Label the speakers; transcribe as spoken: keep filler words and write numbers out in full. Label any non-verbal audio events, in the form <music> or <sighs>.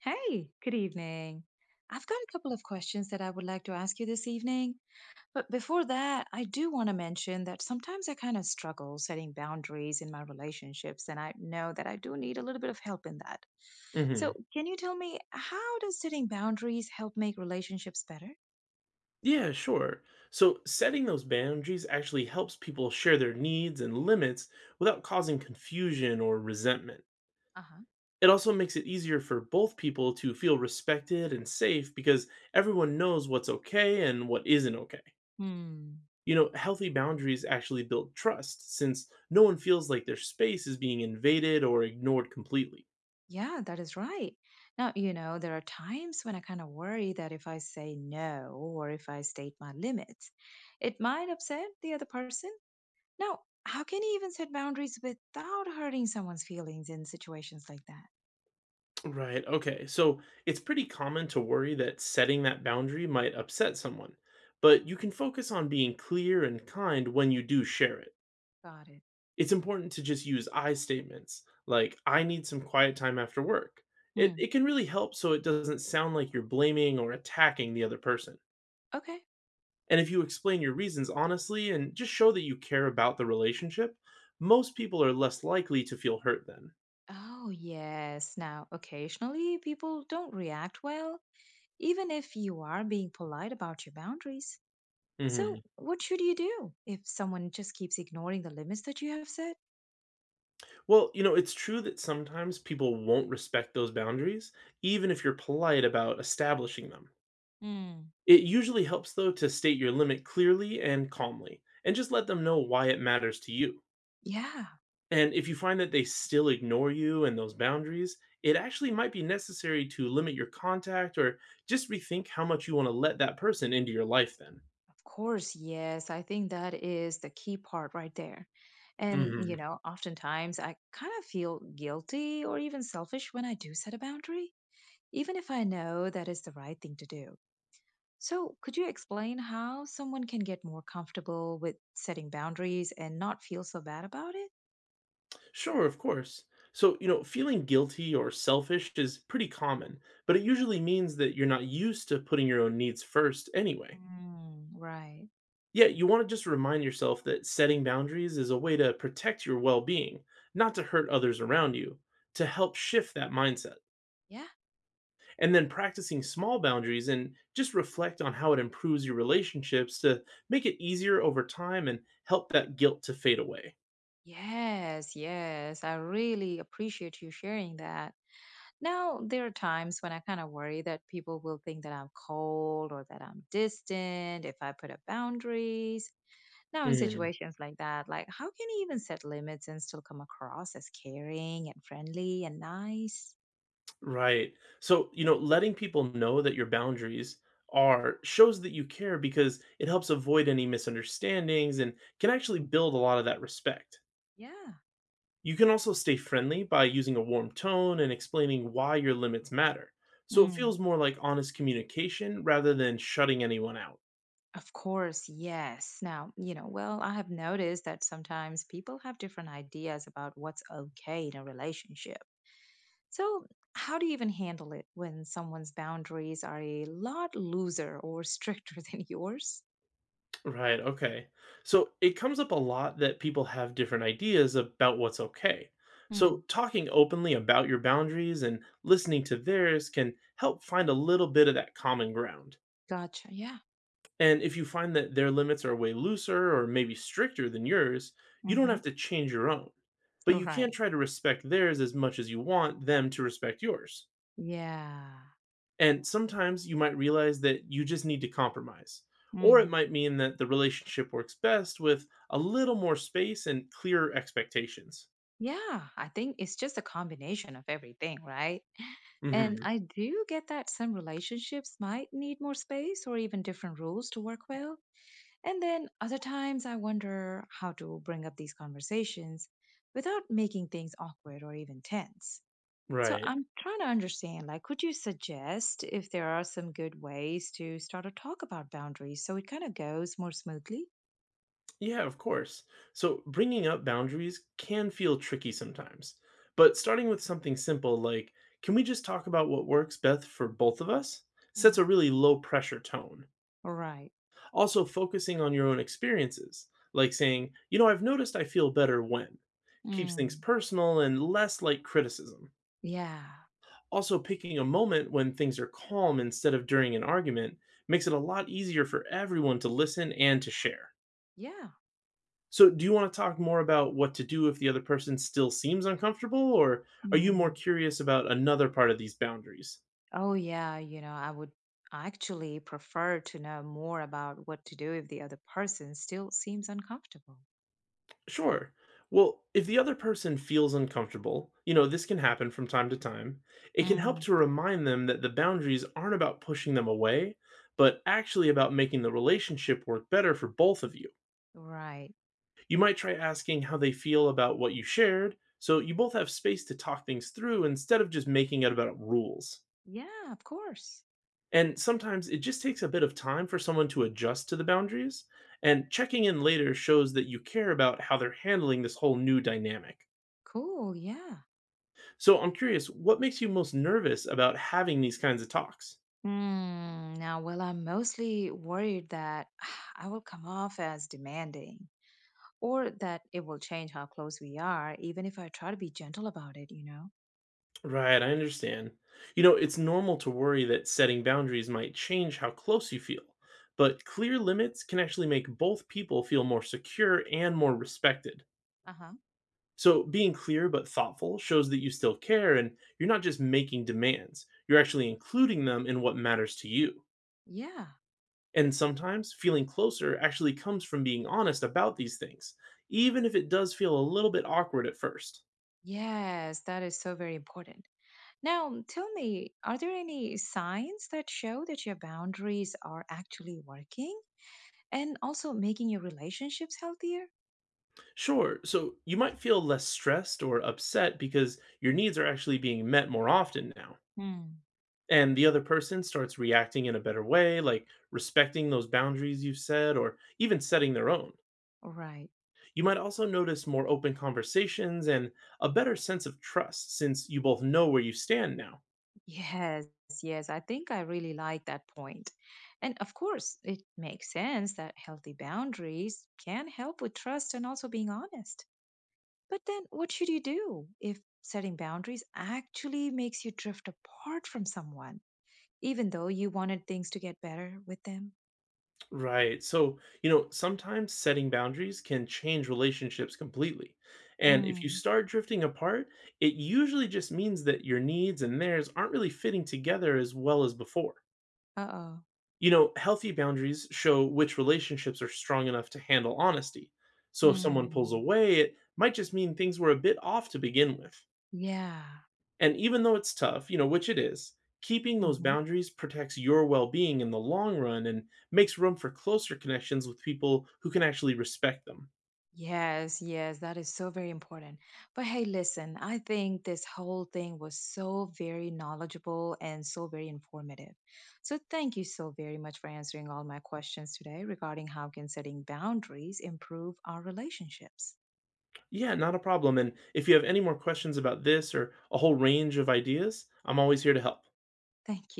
Speaker 1: Hey, good evening. I've got a couple of questions that I would like to ask you this evening. But before that, I do want to mention that sometimes I kind of struggle setting boundaries in my relationships, and I know that I do need a little bit of help in that. So,
Speaker 2: Hmm.
Speaker 1: can you tell me how does setting boundaries help make relationships better?
Speaker 2: Yeah, sure. So setting those boundaries actually helps people share their needs and limits without causing confusion or resentment.
Speaker 1: Uh-huh.
Speaker 2: It also makes it easier for both people to feel respected and safe because everyone knows what's okay and what isn't okay.
Speaker 1: Hmm.
Speaker 2: You know, healthy boundaries actually build trust since no one feels like their space is being invaded or ignored completely.
Speaker 1: Yeah, that is right. Now, you know, there are times when I kind of worry that if I say no or if I state my limits, it might upset the other person. Now, how can you even set boundaries without hurting someone's feelings in situations like that?
Speaker 2: Right. Okay. So it's pretty common to worry that setting that boundary might upset someone, but you can focus on being clear and kind when you do share it.
Speaker 1: Got it.
Speaker 2: It's important to just use I statements like, I need some quiet time after work. It,
Speaker 1: Hmm.
Speaker 2: it can really help so it doesn't sound like you're blaming or attacking the other person.
Speaker 1: Okay.
Speaker 2: And if you explain your reasons honestly and just show that you care about the relationship, most people are less likely to feel hurt then.
Speaker 1: Oh, yes. Now, occasionally people don't react well, even if you are being polite about your boundaries. So,
Speaker 2: Hmm.
Speaker 1: what should you do if someone just keeps ignoring the limits that you have set?
Speaker 2: Well, you know, it's true that sometimes people won't respect those boundaries, even if you're polite about establishing them.
Speaker 1: Hmm.
Speaker 2: It usually helps, though, to state your limit clearly and calmly, and just let them know why it matters to you.
Speaker 1: Yeah.
Speaker 2: And if you find that they still ignore you and those boundaries, it actually might be necessary to limit your contact or just rethink how much you want to let that person into your life then.
Speaker 1: Of course, yes. I think that is the key part right there. And, you
Speaker 2: Hmm.
Speaker 1: know, oftentimes I kind of feel guilty or even selfish when I do set a boundary, even if I know that is the right thing to do. So, could you explain how someone can get more comfortable with setting boundaries and not feel so bad about it?
Speaker 2: Sure, of course. So, you know, feeling guilty or selfish is pretty common, but it usually means that you're not used to putting your own needs first anyway.
Speaker 1: Mm, right.
Speaker 2: Yeah, you want to just remind yourself that setting boundaries is a way to protect your well being, not to hurt others around you, to help shift that mindset.
Speaker 1: Yeah.
Speaker 2: And then practicing small boundaries and just reflect on how it improves your relationships to make it easier over time and help that guilt to fade away.
Speaker 1: Yes, yes. I really appreciate you sharing that. Now, there are times when I kind of worry that people will think that I'm cold or that I'm distant if I put up boundaries. Now, in
Speaker 2: Mhm.
Speaker 1: situations like that, like how can you even set limits and still come across as caring and friendly and nice?
Speaker 2: Right. So, you know, letting people know that your boundaries are shows that you care because it helps avoid any misunderstandings and can actually build a lot of that respect.
Speaker 1: Yeah.
Speaker 2: You can also stay friendly by using a warm tone and explaining why your limits matter. So it
Speaker 1: Mm,
Speaker 2: feels more like honest communication rather than shutting anyone out.
Speaker 1: of course, yes. Now, you know, well, I have noticed that sometimes people have different ideas about what's okay in a relationship. So, how do you even handle it when someone's boundaries are a lot looser or stricter <laughs> than yours?
Speaker 2: Right, okay. So it comes up a lot that people have different ideas about what's okay.
Speaker 1: Hmm.
Speaker 2: So talking openly about your boundaries and listening to theirs can help find a little bit of that common ground.
Speaker 1: Gotcha. Yeah.
Speaker 2: And if you find that their limits are way looser or maybe stricter than yours, you don't have
Speaker 1: Mm-hmm.
Speaker 2: to change your own. But you can
Speaker 1: Right.
Speaker 2: try to respect theirs as much as you want them to respect yours.
Speaker 1: Yeah.
Speaker 2: And sometimes you might realize that you just need to compromise. Or it
Speaker 1: Mm.
Speaker 2: might mean that the relationship works best with a little more space and clearer expectations.
Speaker 1: Yeah. I think it's just a combination of everything, right? And
Speaker 2: Hmm.
Speaker 1: I do get that some relationships might need more space or even different rules to work well. And then other times I wonder how to bring up these conversations without making things awkward or even tense. So
Speaker 2: Right.
Speaker 1: I'm trying to understand, like, could you suggest if there are some good ways to start a talk about boundaries so it kind of goes more smoothly?
Speaker 2: Yeah, of course. So bringing up boundaries can feel tricky sometimes. But starting with something simple like, can we just talk about what works best for both of us? Sets a
Speaker 1: Mm.
Speaker 2: really low pressure tone.
Speaker 1: Right.
Speaker 2: Also, focusing on your own experiences, like saying, you know, I've noticed I feel better when, keeps things
Speaker 1: Mm.
Speaker 2: personal and less like criticism.
Speaker 1: Yeah.
Speaker 2: Also, picking a moment when things are calm instead of during an argument makes it a lot easier for everyone to listen and to share.
Speaker 1: Yeah.
Speaker 2: So, do you want to talk more about what to do if the other person still seems uncomfortable, or are you more
Speaker 1: Mm.
Speaker 2: curious about another part of these boundaries?
Speaker 1: Oh, yeah. You know, I would actually prefer to know more about what to do if the other person still seems uncomfortable.
Speaker 2: Sure. Well, if the other person feels uncomfortable, you know, this can happen from time to time, it can help
Speaker 1: Mm.
Speaker 2: to remind them that the boundaries aren't about pushing them away, but actually about making the relationship work better for both of you.
Speaker 1: Right.
Speaker 2: You might try asking how they feel about what you shared, so you both have space to talk things through instead of just making it about rules.
Speaker 1: Yeah, of course.
Speaker 2: And sometimes it just takes a bit of time for someone to adjust to the boundaries, and checking in later shows that you care about how they're handling this whole new dynamic.
Speaker 1: Cool. Yeah.
Speaker 2: So I'm curious, what makes you most nervous about having these kinds of talks?
Speaker 1: Hmm. Now, well, I'm mostly worried that <sighs> I will come off as demanding or that it will change how close we are, even if I try to be gentle about it, you know?
Speaker 2: Right, I understand. You know, it's normal to worry that setting boundaries might change how close you feel, but clear limits can actually make both people feel more secure and more respected.
Speaker 1: Uh huh.
Speaker 2: So being clear but thoughtful shows that you still care and you're not just making demands, you're actually including them in what matters to you.
Speaker 1: Yeah.
Speaker 2: And sometimes feeling closer actually comes from being honest about these things, even if it does feel a little bit awkward at first.
Speaker 1: Yes, that is so very important. Now, tell me, are there any signs that show that your boundaries are actually working and also making your relationships healthier?
Speaker 2: Sure. So you might feel less stressed or upset because your needs are actually being met more often now.
Speaker 1: Hmm.
Speaker 2: And the other person starts reacting in a better way, like respecting those boundaries you've set or even setting their own.
Speaker 1: Right. <laughs>
Speaker 2: You might also notice more open conversations and a better sense of trust since you both know where you stand now.
Speaker 1: Yes, yes. I think I really like that point. And of course, it makes sense that healthy boundaries can help with trust and also being honest. But then what should you do if setting boundaries actually makes you drift apart from someone, even though you wanted things to get better with them?
Speaker 2: Right. So, you know, sometimes setting boundaries can change relationships completely. And if you
Speaker 1: Mm.
Speaker 2: start drifting apart, it usually just means that your needs and theirs aren't really fitting together as well as before.
Speaker 1: Uh-oh.
Speaker 2: You know, healthy boundaries show which relationships are strong enough to handle honesty. So if someone pulls
Speaker 1: Mm,
Speaker 2: away, it might just mean things were a bit off to begin with.
Speaker 1: yeah.
Speaker 2: And even though it's tough, you know, which it is, keeping those
Speaker 1: Hmm.
Speaker 2: boundaries protects your well being in the long run and makes room for closer connections with people who can actually respect them.
Speaker 1: Yes, yes, that is so very important. But hey, listen, I think this whole thing was so very knowledgeable and so very informative. So thank you so very much for answering all my questions today regarding how can setting boundaries improve our relationships.
Speaker 2: Yeah, not a problem. And if you have any more questions about this or a whole range of ideas, I'm always here to help.
Speaker 1: Thank you.